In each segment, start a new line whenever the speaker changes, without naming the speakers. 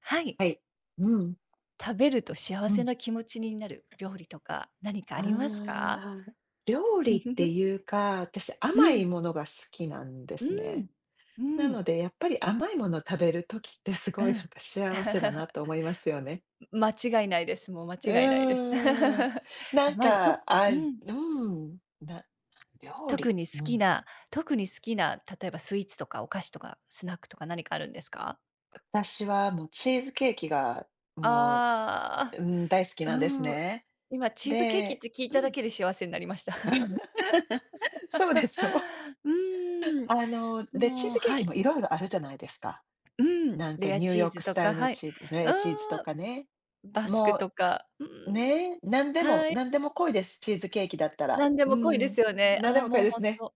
はい。
はい。うん、
食べると幸
う
せ
ん。
な気持ちになる料理とか何かあ
あ
りますか？
あ、料理って いうか、私
う
甘い
ん、
ものが好きなんで
う
す
ん、
ね。
う
な
ん。
のでやっぱり甘いものを食べる時ってす
う
ごいな
ん。
んか幸せだなと思 いますよね。
間違いないです。もう間
う
違いないです。
ーん。な
あ、
ん
前も
か、
と
あ、
う
う
ん、
ん、料理、
特に好
う
き
ん。
な例えばスイーツとかお菓子とかスナックとか何かあるんですか？
私はもうチーズケーキがもう、
あ
うん、大好き
あー、
なんです
うん。
ね。
今チーズケーキっ
で
て聞い
う
ただ
ん。
けで幸せになりました。
そうでしょ？
うん。
で、チー
もう、
ズケー
は
キ
い。
もいろいろあるじゃないですか。
うん、
なんか
レア
ニュー
チ
ヨ
ー
ー
ズ
クス
と
タイ
か、
ルの
はい。
チーズレ
う
アチーズと
ーん、
かね。
バスク
も
とか、うー
う、
ん、
ね、なんでも
はい。
なんでも濃いです、チーズケーキだったら。
なんで
う
も濃いで
ん、
すよね。
なんで
ああ、
も濃い
もう
で
ほ
す
ん
ね。
と、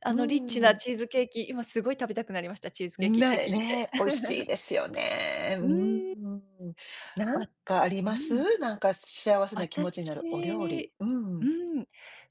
あ
う
の、リッチなチーズケーキ、今すごい食べたくなりました、チーズケー
ん、
キって聞いて。
ね、美味しいですよね。う
うー
ん。
ん、
なん
わ
かあり
う
ま
ん。
す？なんか幸せな気持ちになるお料理。
私、
う
う
ん。
ん、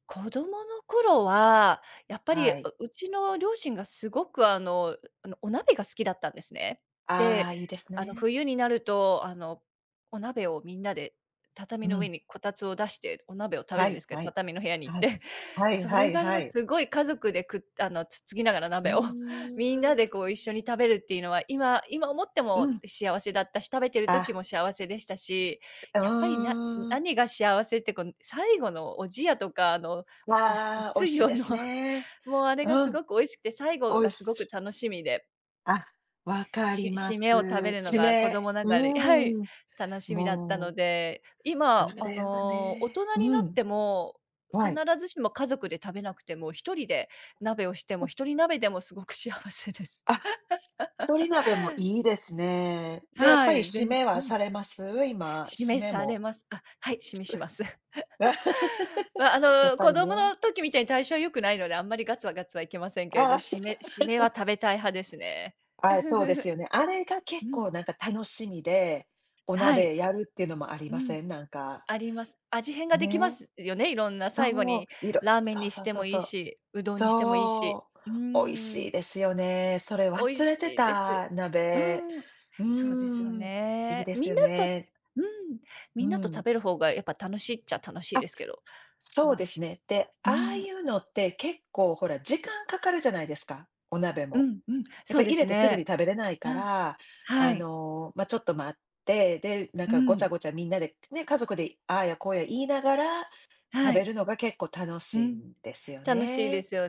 子供の頃は、やっぱり、
はい。
うちの両親がすごく、あの、お鍋が好きだったんですね。
あ
で、
あ、いいです
あの、
ね。
冬になると、あの、お鍋をみんなで畳
う
の上
ん。
にこたつを出して、お鍋を食べ
は
るんで
い、
すけ
は
ど、
い。
畳の部屋に行っ
はい。
て、
はい
そ
は
れ
い
が、
は
もう
い。
すごい家族で、あの、つつきながら
うー
鍋を みんなで
ん。
こう一緒に食べるっていうのは、今思って
う
も
ん。
幸せだったし、食べてる時
あ、
も幸せでしたし、
う
やっぱり、
ーん。
何が幸せってこの最後のおじやとか、あの、お
ああ、美味
つ
しい
ゆ
で
の、
す ね。
もうあれが
う
す
ん、
ごく美味しくて、最後
美味
がすごく
し
楽しみで、
あ、わかりま
締め
す。
を食べるの
締
が子
め
供ながらに、はい、楽しみだったの
も
で、
う、
今、
あ
あ
れは
の、大
ね
人
う
になっ
ん、
ても、
は
必
い。
ずしも家族で食べなくても、一人で鍋をしても、一人鍋でもすごく幸せです。
あ、鳥鍋もいいですね。で、やっ
は
ぱり
い、ぜ
締
ん
め
う
は
ん、
されます？今、締
示
め
され
も。
ます。あ、はい、示します。まあ、あ
やっ
の、
ぱ
子
り
供
ね。
の時みたいに代謝は良くないので、あんまりガツはいけませんけれ
あ
ど、締めは食べたい派ですね。
あ、ああ、そうです よね。あれが
う
結
ん。
構なんか楽しみで、お
は
鍋
い。
やるっていうのもあり
う
ま
ん、
せん？なんか、
あります。味変ができま
ね。
すよね、いろんな最後
そう、
にラーメン
そう
にし
そう
て
そう
もい
そ
い
う。
し、うどんにしてもいいし。
そ
う
う、美味
ー
しい
ん、
ですよね。それ
美
忘
味
れて
しいです。
た、
うー
鍋。
ん、
うー
そうですよ
ん、いい
ね。
です
みん
よ
なと、
ね。
うん、
う
みんなと食
ん。
べる方がやっぱ楽しいっちゃ楽しい
あ、
ですけど。
そう
もう
です
ひ
ね。で、
う
ああ
ん、
いうのって結構ほら、時間かかるじゃないですか、お鍋
う
も。
んうん、
やっ
そ
ぱ
う
り
で
入
す
れてすぐに
ね。
食べれない
う
か
ん。
ら、
はい。
ま、あちょっと待って、で、なん
う
かごちゃ
ん。
ごちゃみんなで、ね、家族でああやこうや言いながら食
は
べ
い。
るのが結構楽
う
しい
ん。
んですよ
楽しいで
ね。
すよ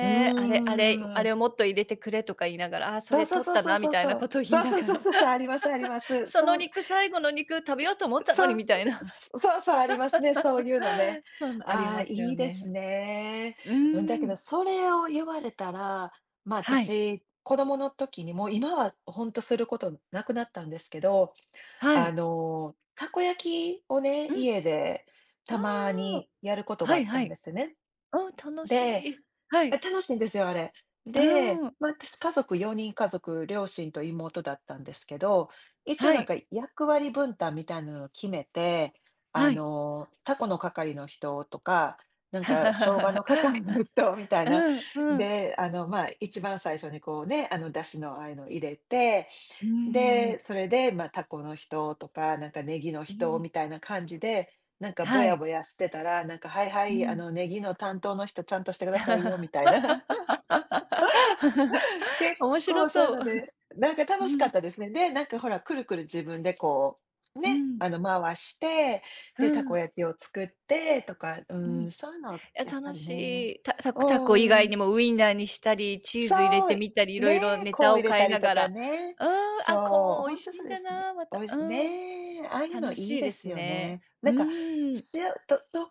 う
あれ、あ
ー
れ
ん。
をもっと入れてくれとか言いながら、ああ、そ
そう
れ
そう
取っ
そう
た
そう
なみ
そう
たい
そ
な
う。
ことを言い
そう
な
そう
が
そう
ら、
そうそう、ありますありま す。
そ
そ
の
う、
肉、最後の肉食べようと思ったの
そ
に
う
み
そ
た
う、
いな、
そうそう、ありますね、そういうのね。
そんなあり
ああ、
ます
い
よ
いで
ね。
すね。
う
うん、だけ
ん。
どそれを言われたら、ま、あ、
はい。
私、子供の時に、もう今はほんとすることなくなったんですけど、
はい。
たこ焼きをね、
うん。
家で
あ
たま
あ。
にやることが
は
あ
い
った
は
んで
い。
すね。
うん、楽し
で
い。はい。
楽しいんですよ、あれ。
う
で、
ん。
まあ、私家族4人家族、両親と妹だったんですけど、一応
は
なんか
い。
役割分担みたいなのを決めて、
はい。
タコの係の人とか、なんか生姜の係 の人みたいな。
うん、うん。
で、まあ、一番最初にこうね、出汁のああいうの入れて
う
で、
ん。
それで、まあ、タコの人とか、なんかネギの
う
人
ん。
みたいな感じで、なんかぼ
は
や
い。
ぼやしてたら、なんか、「はいは
う
い、あ
ん。
の、ネギの担当の人ちゃんとしてくださいよ」みたいな。結
面白
構そういう
そう。
ので、なんか
う
楽しかっ
ん、
たですね。で、なんかほら、くるくる自分でこう、
う
ね、
ん、
回して、
う
で、たこ
ん、
焼きを作ってとか、う
うん。
ーん、
い
そういうの
や、
やっぱ
楽
り
し
ね。
い。
う
タ
ん
コ以
う
外
ん
にもウインナーにしたり、チーズ入れ
そ
て
う、
みたり、いろいろ
ね、
ネ
こう
タ
入
を
れ
変
た
え
り
な
と
が
か
ら。
ね。
うーん、あ、
そう、
コーン美
ほ
味
んと
しい
そ
ん
うで
だ
すね。
な、ま
お
た。
いし
うーん、
ね、ああいうの
楽
いい
しい
で
で
す
す
よ
ね。
ね。
う
なんか、
ーん。
あとと考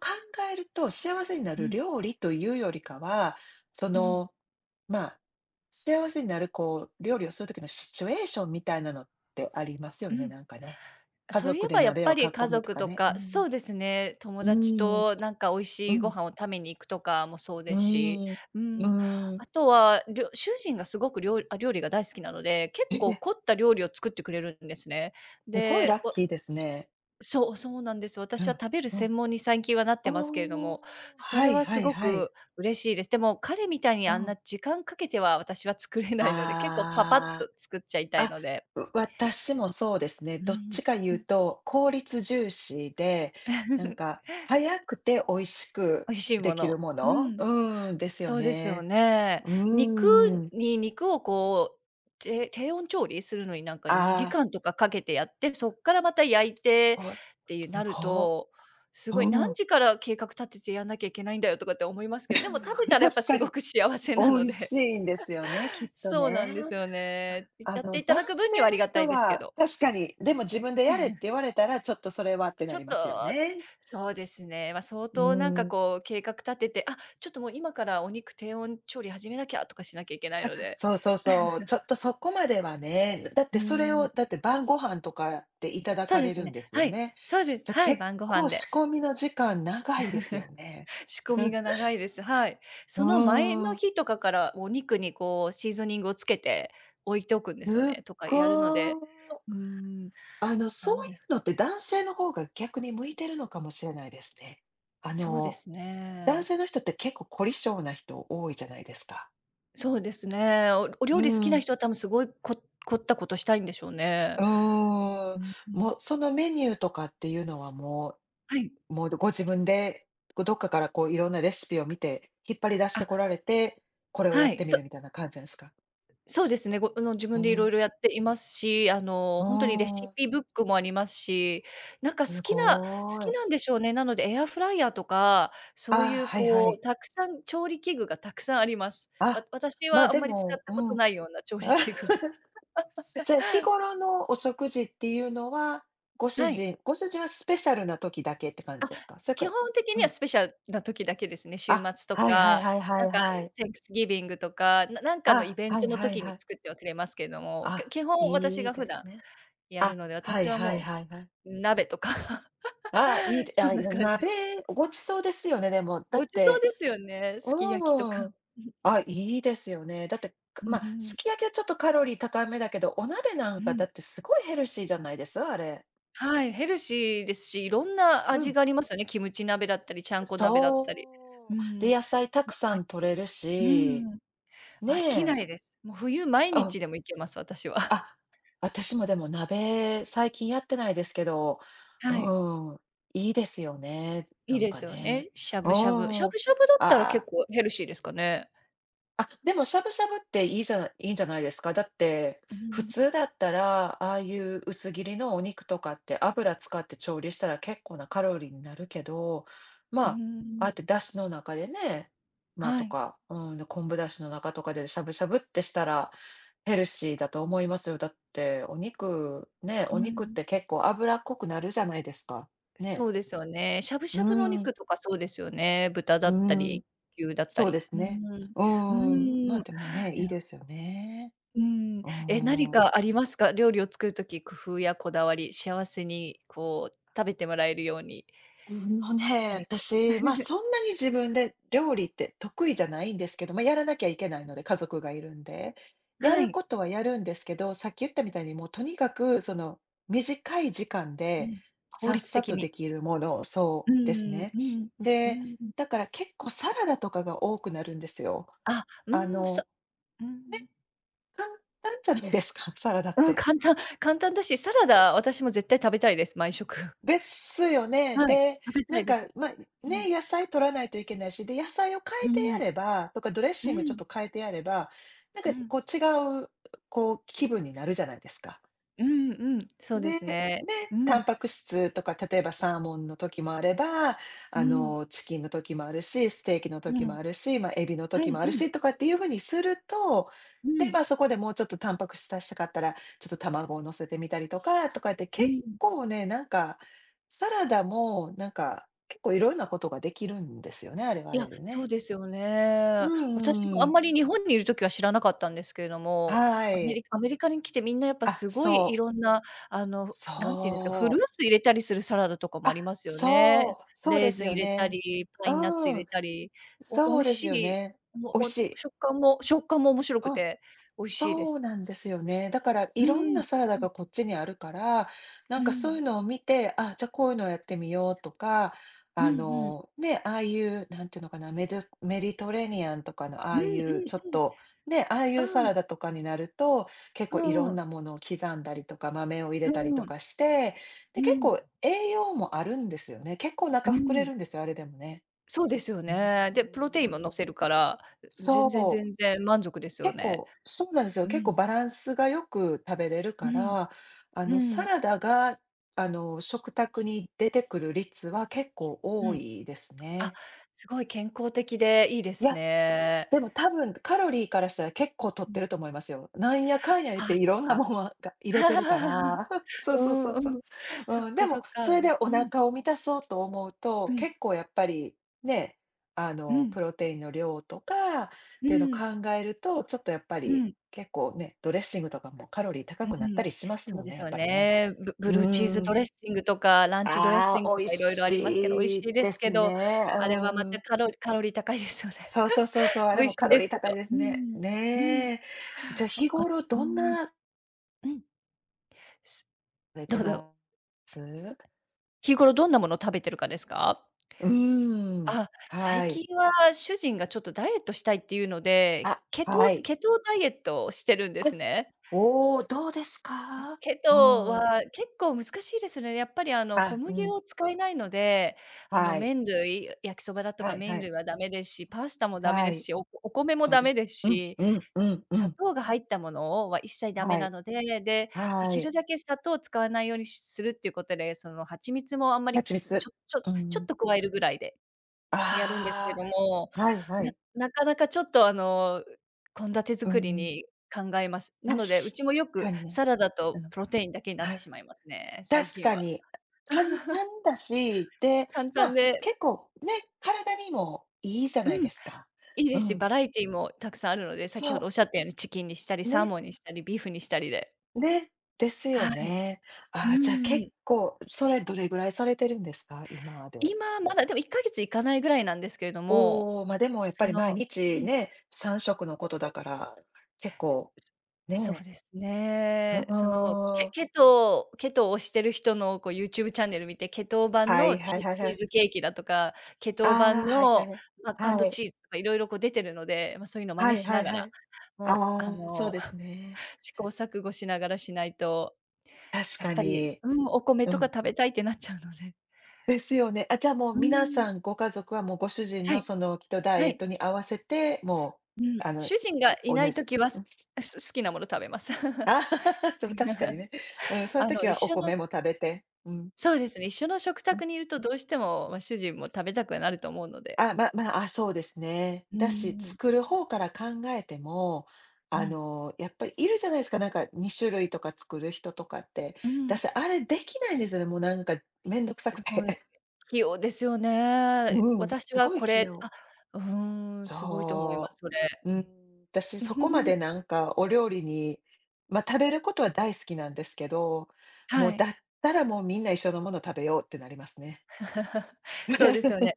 えると、幸せにな
う
る
ん、
料理というよりかは、そ
うん、
の、まあ、幸せになるこう、料理をする時のシチュエーションみたいなのってありますよ
う
ね、
ん。
なんかね。家
そうい
族
え
で
ばやっ
鍋を
ぱり
囲
家
むと
族
か
と
ね。う
か、
ん。
そうですね、友
う
達
ーん、
となんか美味
う
しいご
ん、
飯を食べに行くとかもそう
う
ですし、
ーん、
う
うー
ん、
ん。
あとは、主人がすごく、料理が大好きなので、結
え
構
え、
凝った料理を作ってくれるんですね。
すごい
で、
ラッキーですね。
そう、そうなんです。
う
私は
ん、
食べる
うん。
専門に最近はなってますけれど
お
も、
あ、
そ
は
れ
い
は
は
す
い
ご
はい。
く嬉しいです。でも彼みたいに
う
あん
ん。
な時間かけては私は作れないので、結構パパッ
あ
と作っちゃいた
あ、
い
あ、
ので。
私もそうですね。
う
どっち
ん、
か
う
言う
ん
と、効率重視で、なん か、早くて美味しく
美味しい
で
も
きる
の。
も
う
の
ん。
ですよ
そうですよ
ね。
ね。
う
肉
ん。
肉をこう、低温調理するのになんか2
ああ、
時間とかかけてやって、そっからまた焼い
す
て
ごい。
っていう
す
なる
ご
と、す
い。
ごい
う
何
ん。
時から計画立ててやんなきゃいけないんだよとかって思いますけど、でも食べ たらやっぱ
確か
すご
に、
く幸せ
美
なの
味し
で。
いんですよね、きっ と
そう
ね。
なんですよね。
あ
やっ
の、
ていた
男
だく分に
性
はあ
の
りがた
人
いですけ
は
ど。
確かに、でも自分でやれって言われたら、ちょっとそれはってな
ちょ
り
っ
ま
と、
すよね。
そうですね、まあ、相
うー
当なんか
ん。
こう計画立てて、あ、ちょっともう今からお肉低温調理始めなきゃとかしなきゃいけないので。
そうそうそう、ちょっとそこまではね、だっ
う
てそれ
ー
を、
ん。
だって晩ご飯とかでいただ
そ
か
うで
れ
す
るん
ね、
です
は
よ
い、
ね。
そうです、
じゃ、
はい、
結
晩ご飯
構仕
で。
込みの時間長いですよね。
仕込みが長いです。はい。
う
その前
ー
の
ん。
日とかからお肉にこうシーズニングをつけて置いておくんで
す
すよ
っ
ね、とかやるの
ごい
で、うーん、
そ
なの
うい
で、
うのって男性の方が逆に向いてるのかもしれないですね。あ
そうで
の、
す
男
ね。
性の人って結構凝り性な人多いじゃないですか。
そうですね。お
う
料理好き
ん、
な
う
人は多分すごい、凝ったことしたいんでしょう
ー
ね。
ん。
う
も
ん。
う、そのメニューとかっていうのはも
はい。
う、ご自分で、こう、どっかからこういろんなレシピを見て、引っ張り出して
あ、
こられて、これをや
は
っ
い、
てみるみたいな感じなんですか？
そうですね。あの、自
う
分でい
ん、
ろ
う
いろやっていますし、あの、ほんとにレシ
ん、
ピブックもありますし、なんか
す
好
ご
き
い。
なんでしょうね。なのでエアフライヤーとか、そう
あ
いう
はいは
こう、
い。
たくさん調理器具がたくさんあります。
あ、
私
ま、
はあん
で
まり使っ
も、
た
う
こと
ん。
ないような調理器具が
じゃ、日頃のお食事っていうのは、ご主
はい。
人ご主人はスペシャルな時だけって感じ
あ、
ですか？それ
基
か
本的
う
には
ん。
スペシャルな時だけですね。週
あ、
末と
はいはい
か、
はいは
なん
い
か
はい。
センクスギビングとか、なんかのイ
あ、
ベン
は
ト
い
の
はい
時
は
に
い。
作ってはくれますけども、
あ、
基本私
いい
が
で
普段
すね。
やる
あ、
ので、
は
私
い
は
はい
も
はいはい。
う鍋とか、
あ、いいで
そ
あ、
んな感じ
鍋、
で。
ごちそうですよね、でも。だ
ご
っ
馳
て
走ですよね、
う
すき焼きと
ー
か。
ん。あ、いいですよね。だって、
うん、
まま、
うんう
す
ん、
き焼きはちょっとカロリー高めだけど、お鍋なん
う
かだ
ん、
ってすごいヘルシーじゃないです？あれ。
はい、ヘルシーですし、いろんな
う
味
ん。
がありますよね。キムチ鍋だったり、ちゃんこ鍋だったり。うー
そう。で、
ん。
野菜たく
もう、
さ
う
ん取れる
ー
し、
ん、飽
ね
きな
え。
いです。もう冬毎
あ。
日でもいけます、私は。
あ、私もでも鍋、最近やってないですけど、
はい。
うん、いいですよね、
いい
なん
で
か
すよ
ね。
ね、しゃ
う
ぶしゃぶ。しゃ
ん。
ぶしゃぶだったら結
あ
構ヘルシーですかね。
あ、でもしゃぶしゃぶっていいんじゃないですか。だって、
うー
普
ん、
通だったら、ああいう薄切りのお肉とかって油使って調理したら結構なカロリーになるけど、ま
う
あ、
ー
ああやっ
ん、
て出汁の中でね、まあ
は
と
い。
か、うん、昆布出汁の中とかでしゃぶしゃぶってしたらヘルシーだと思いますよ。だってお肉、ね、
う
お肉っ
ん。
て結構脂っこくなるじゃないですか。
そ
ね。
うですよね。しゃぶ
う
しゃぶのお
ん、
肉とかそうですよね。豚だ
う
った
ん、
り、牛だった
そうで
り。
す
うー
ね。
ん。
うん、ま
うー
あ
ん。
でもね、いいですよね。
うーん。え、何
ああ。
かありますか？料理を作る時、工夫やこだわり、幸せにこう食べてもらえるように、
あのね、
何か
私、ま、そんなに自分で料理って得意じゃないんですけど、ま、やらなきゃいけないので、家族がいるんで。や
は
るこ
い。
とはやるんですけど、さっき言ったみたいにもうとにかくその短い時間
う
で
ん。効
さっ
率
さ
的
とで
に。
きるものそ
う
うです
ーん、
ね。
うん、う
で、
ーん。
だから結構サラダとかが多くなるんですよ。
あ、う
あ
ーん、
の、
う
ね、
ん。
簡単じゃないですか、サラダっ
うん、
て。
簡単だし、サラダ、私も絶対食べたいです、毎食。
ですよね。
はい、
で、
食べた
なん
いで
か、
す。
まあ、
うん。
ね、野菜取らないといけないし、で、野菜を変
う
えてや
ん。
ればとか、ドレッ
う
シングちょっ
ん。
と変えてやれば、なん
う
か
ん。
こう違う、こう気分になるじゃないですか。
うんうん、そうで
で、
すね。
で、
う
タン
ん。
パク質とか、例えばサーモンの時もあれば、
うん。
チキンの時もあるし、ステーキの
うん。う
時も
ん
あるし、まあ、エビの時もある
うん。
しとかっていう風にすると、
う
で、
ん。
まあ、そこでもうちょっとタンパク質足したかったら、ちょっと卵を乗せてみたりとかって
う
結
ん。
構ね、なんか、サラダもなんか、結構いろんなことができるんですよね、あれはあ
い
れ
や、
で
そ
ね。
うですよ
う
ね。
んう
私
ん
もあ
う
ん
ん。
まり日本にいる時は知らなかったんですけれども、
はい。
アメリカに来てみんなやっぱ
あ、
すご
そ
いいろ
う。
んな、あの、なんていうんですか、フル
そ
ー
う。
ツ入れたりするサラダとかもあ
あ、
りますよね。
そう、そう
レ
で
ー
す
ズン
よ
入れた
ね。
り、パインナッツ入
うん、
れたり、美
そう
味
ですよ
し
ね。
い、
美味
お
しい。
食感も、面白く
うん。
て美味しいで
そう
す。
なんですよね。だから、い
う
ろんな
ん。
サラダ
う
が
ん。
こっちにあるから、なん
う
かそうい
ん。
うのを見て、あ、じゃあこういうのをやってみようとか、
うんうん。
ね、ああいう、なんていうのかな、メディトレニアンとかのあ
う
あ
んうん
いうちょっ
うん。
と、ね、ああい
う
うサラ
ん、
ダとかになると、結構
う
いろ
ん、う
ん
ん、
なものを刻んだりとか、豆を入れたりとかして、で、
う
結
ん、
構栄養もあるんですよね。結構お
う
腹膨れ
ん。
るんですよ、あれでもね。
そうですよ
う
ね。で、
ー
プロテインも乗
ん。
せるから、全
そ
然、
う。
満足ですよ
結
ね。
構、そうなんですよ。
う
結構
ん、
バランスがよく食べれる
う
か
ん、
ら、
う
サ
ん、
ラダが、食卓に出てくる率は結構
う
多
ん。
いです
あ、
ね。
すごい健康的でいいで
い
す
や、
ね。
でも多分カロリーからしたら結構摂っ
うん。
てると思いますよ。なんやかんや言っ
ああ、
ていろんな
そっ
も
か。
のが入れてるか ら。そう
う
そうそ
ん
うそ
う
う。
ん。そっ
うん、で
かそ
も
っか。
それでお
うん、
腹を満たそうと思う
う
と、
ん、
結構やっぱりね、
うん、
プロテインの量とかっ
う
ていうのを
ん、
考えると、ちょっとやっぱ
う
り
ん。
結構ね、ドレッシングとかもカロリー高
う
くなった
ん、
りします
そう
もん
で
ね、
す
やっ
よ
ぱりね。
ね。ブブ
う
ルーチ
ー
ーズド
ん。
レッシングとか、ランチドレッシ
あ
ング
あ、
と
美味
か色々ありますけど、美味
しい
しいで
で
すけ
す
ど、
ね。
あれは
う
また
ん。
カロリー高いですよね。
そうそうそうそう、あれ
美味
も
し
カ
い
ロ
で
リー
すけ
高い
ど。
です
う
ね。
ん。うん。
ねえ。じゃ、
あ
日
あ、う
頃
ー
どん
ん、
な
うん。す
され
ど
て
うぞ。
ます？
日頃どんなものを食べてるかですか？
うーん、
あ、
は
最
い。
近は主人がちょっとダイエットしたいっていうので、
あ、
ケト
はい。
ケトダイエットをしてるんで
あ、
すね。
おお、どうですか？う
ケト
ーん。
は結構難しいですね。やっぱりあの小
あ、う
麦
ん、
を使えないので、あの
はい。
麺類、焼きそばだと
は
か
いは
麺
い。
類はダメですし、パスタもダメ
は
です
い。
し、お米も
そう
ダ
で
メ
す。
です
うん
し、
うんう
やっぱ
んう
砂
ん。
糖が入ったものをは一切ダメ
は
な
い。
ので、で、で
は
きる
い。
だけ砂糖を使わないようにするっていうことで、その蜂蜜もあんま
蜂
りち
蜜。
ょちょ
う
ちょっ
ん。
と加えるぐらいでやるんですけ
あ
ども、
あ、はいは
な
い。
なかなかちょっとあの、献立
う
作り
ん、
に考えます。な
確
ので、うちもよ
か
く
にね。
サラダ
う
と
ん、
プロテインだけになっ
は
て
い。
しまいますね、最
確
近
か
は。
に。簡単だし、で、
簡
ま
単
あ、
で、
結構ね、体にもいいじゃ
う
ない
ん、
ですか。
いい
う
ですし、
ん。
バラエティもたくさんあるので、先
そ
ほど
う。
おっしゃったようにチキンにしたり、サー
ね。
モンにしたり、ビーフにしたりで。
ね。ですよ
はい。
ね。
う
ああ、じゃあ結
ーん。
構、それどれぐらいされてるんですか？今で。
今まだでも1ヶ月いかないぐらいなんですけれども、
おお、ま、でもやっぱ
そ
り毎
のう
日
ん。
ね、3食のことだから、結構、
そう
ね。
です
うう
ね。その、ケ
ーん。
ケトケトを推してる人のこう YouTube チャンネル見て、ケトー版
は
の
いはい
チ
はいは
チー
い。
ズケーキだとか、ケ
あ
トー版
あ、はいはい
の
はい。
マックアン
は
ド
い。
チーズとかいろいろこう出てるので、ま、そういうの真
は
似
い
し
は
な
い
が
は
ら、
い。
もうあ
ああ、そう
の、
です ね。
試行錯誤しながらしないと、
確
やっ
か
ぱり、
に。
うん、お米
う
とか
ん。
食べたいってなっちゃうので。
ですよね。あ、じゃあもう
うー
皆
ん。
さんご家族はもうご主人
は
の
い、
そのケトダ
は
イエッ
い。
トに合わせて、も
う
う
ん。
あの、
主人がい
同
ない
じ
時は、
うん。
好きなもの食べます。
あ、でも確かにね。うん、そういう
あの、
時
一
はお
緒の
米も食べて、うん、
そうですね、一緒の食
うん。
卓にいるとどうしても、ま、主人も食べたくはなると思うので。
あ、あ、そうですね。
うんう
だし、
んうん。
作る方から考えても、やっぱりいるじゃないですか、なんか2種類とか作る人とかって。だしあれできないんですよね、もうなんかめんどくさく
すごい。
て。
器用ですよね。
うん、
私
す
は
ごい
こ
器
れ
用。
あ、うーん、すごいと思いま
そ
す、それ。
う。うん、私そこまで なんかお料理に、ま、食べることは大好きなんですけど、も
は
うだ
い。
ったらもうみんな一緒のもの食べようってなりますね。
そうですよね。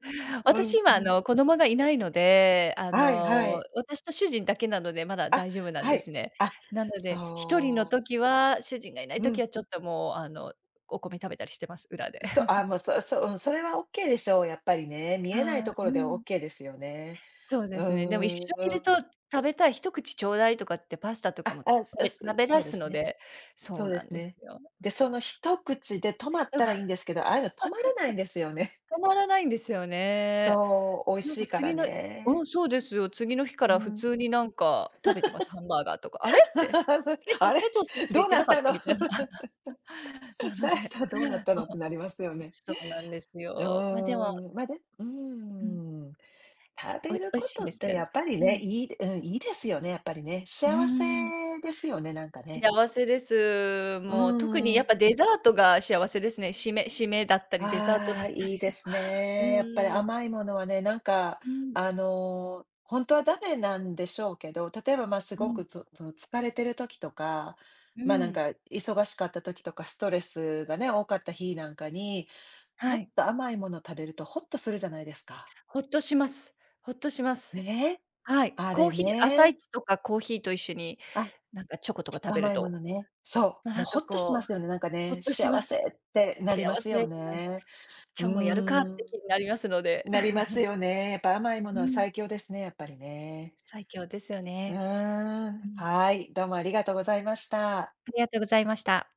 う
私
ん
今、あ
うん。
の、子供がいないので、あ
はいは
の、
い。
私と主人だけなので、まだ
あ、
大丈夫なん
は
です
い。
ね。
あ、
なので、一人の
そう。
時は主人がいない
う
時
ん。
はちょっともう、あの、お米食べたりしてます、裏で。
そう、あ、もう、そそう、ん、それはオッケーでしょう、やっぱりね。見えない
は
と
い。
ころ
う
ではオッ
ん。
ケーですよね。
そうで
うー
すね。でも一
ん、
緒にい
う
る
ん。
と食べたい、一口ちょうだいとかってパスタとか
あ、
も
あ、す
食べ
そ
食べ
そ
出
うで
す
す
の
ね。
で、そ
そ
う
うで
な
す
んです
ね。
よ。
で、その一口で止まっ
だ
た
か
らいいん
ら
ですけど、ああいうの止まらないんですよね。
止まらないんですよ ね。
そう、美味
な
し
ん
い
か
から
次のう
ね。
ん、そうですよ。次の日か
う
ら普
ん。
通になんか食べてます、ハンバーガーとか。あれって、
それ、
ケ
あ
ト
れ
ケトするって
ど
言
う
って
な
な
っ
かっ
た
た
の
みたいな。な の
ダイエッ
で、
トはどうなっ た
も
のって
う
なりますよね。
そうなんです
う
よ。ま、で
ー
も、
ん、ま、でうー
うん、
ん、食
お
べ
い
る
美味
こ
し
と
いで
っ
す
て
よ
や
ね。
っぱり
う
ね、
ん。
いいうん、いいですよね、やっぱりね。
うー
幸
ん。
せですよね、なんかね。
幸せです。
うー
もう特にやっぱ
ん。
デザートが幸せですね。締めだったり、デザート
あ
だっ
あ、
た
いい
り
で
も。
すね。やっぱり
うーん、
甘いものはね、なんか、
うん、
本当はダメなんでしょうけど、例えば、ま、あす
う
ごく、
ん、
その、疲れてる時とか、
う
ま、あなん
ん。
か、忙しかった時とか、ストレスがね、多かった日なんかに、ち
は
ょっ
い。
と甘いもの食べるとホッとするじゃないですか。
ほっとします。ほっとします。
ね、
はい。
あ
コー
れ
ヒー朝
ね。
一とかコーヒーと一緒に、
あ、
なんかチョコと
ちょ
か
っと
食べ
甘
る
いも
と、
のね。そ
ま、
う、も
なん
うホ
か
ッとしま
こう、
すよね、なんか
ほ
ね、
っとし
幸
ま
せ
す。
ってな
幸
りま
せ
すよ
ってな
ね。う
今日もやるかっ
ー
て気
ん。
になりますので。
なりますよね。やっぱ甘いも
う
のは
ん、
最強ですね、やっぱりね。
最強ですよ
う
ね。
ーん、
うん、
はい、どうもありがとうございました。
ありがとうございました。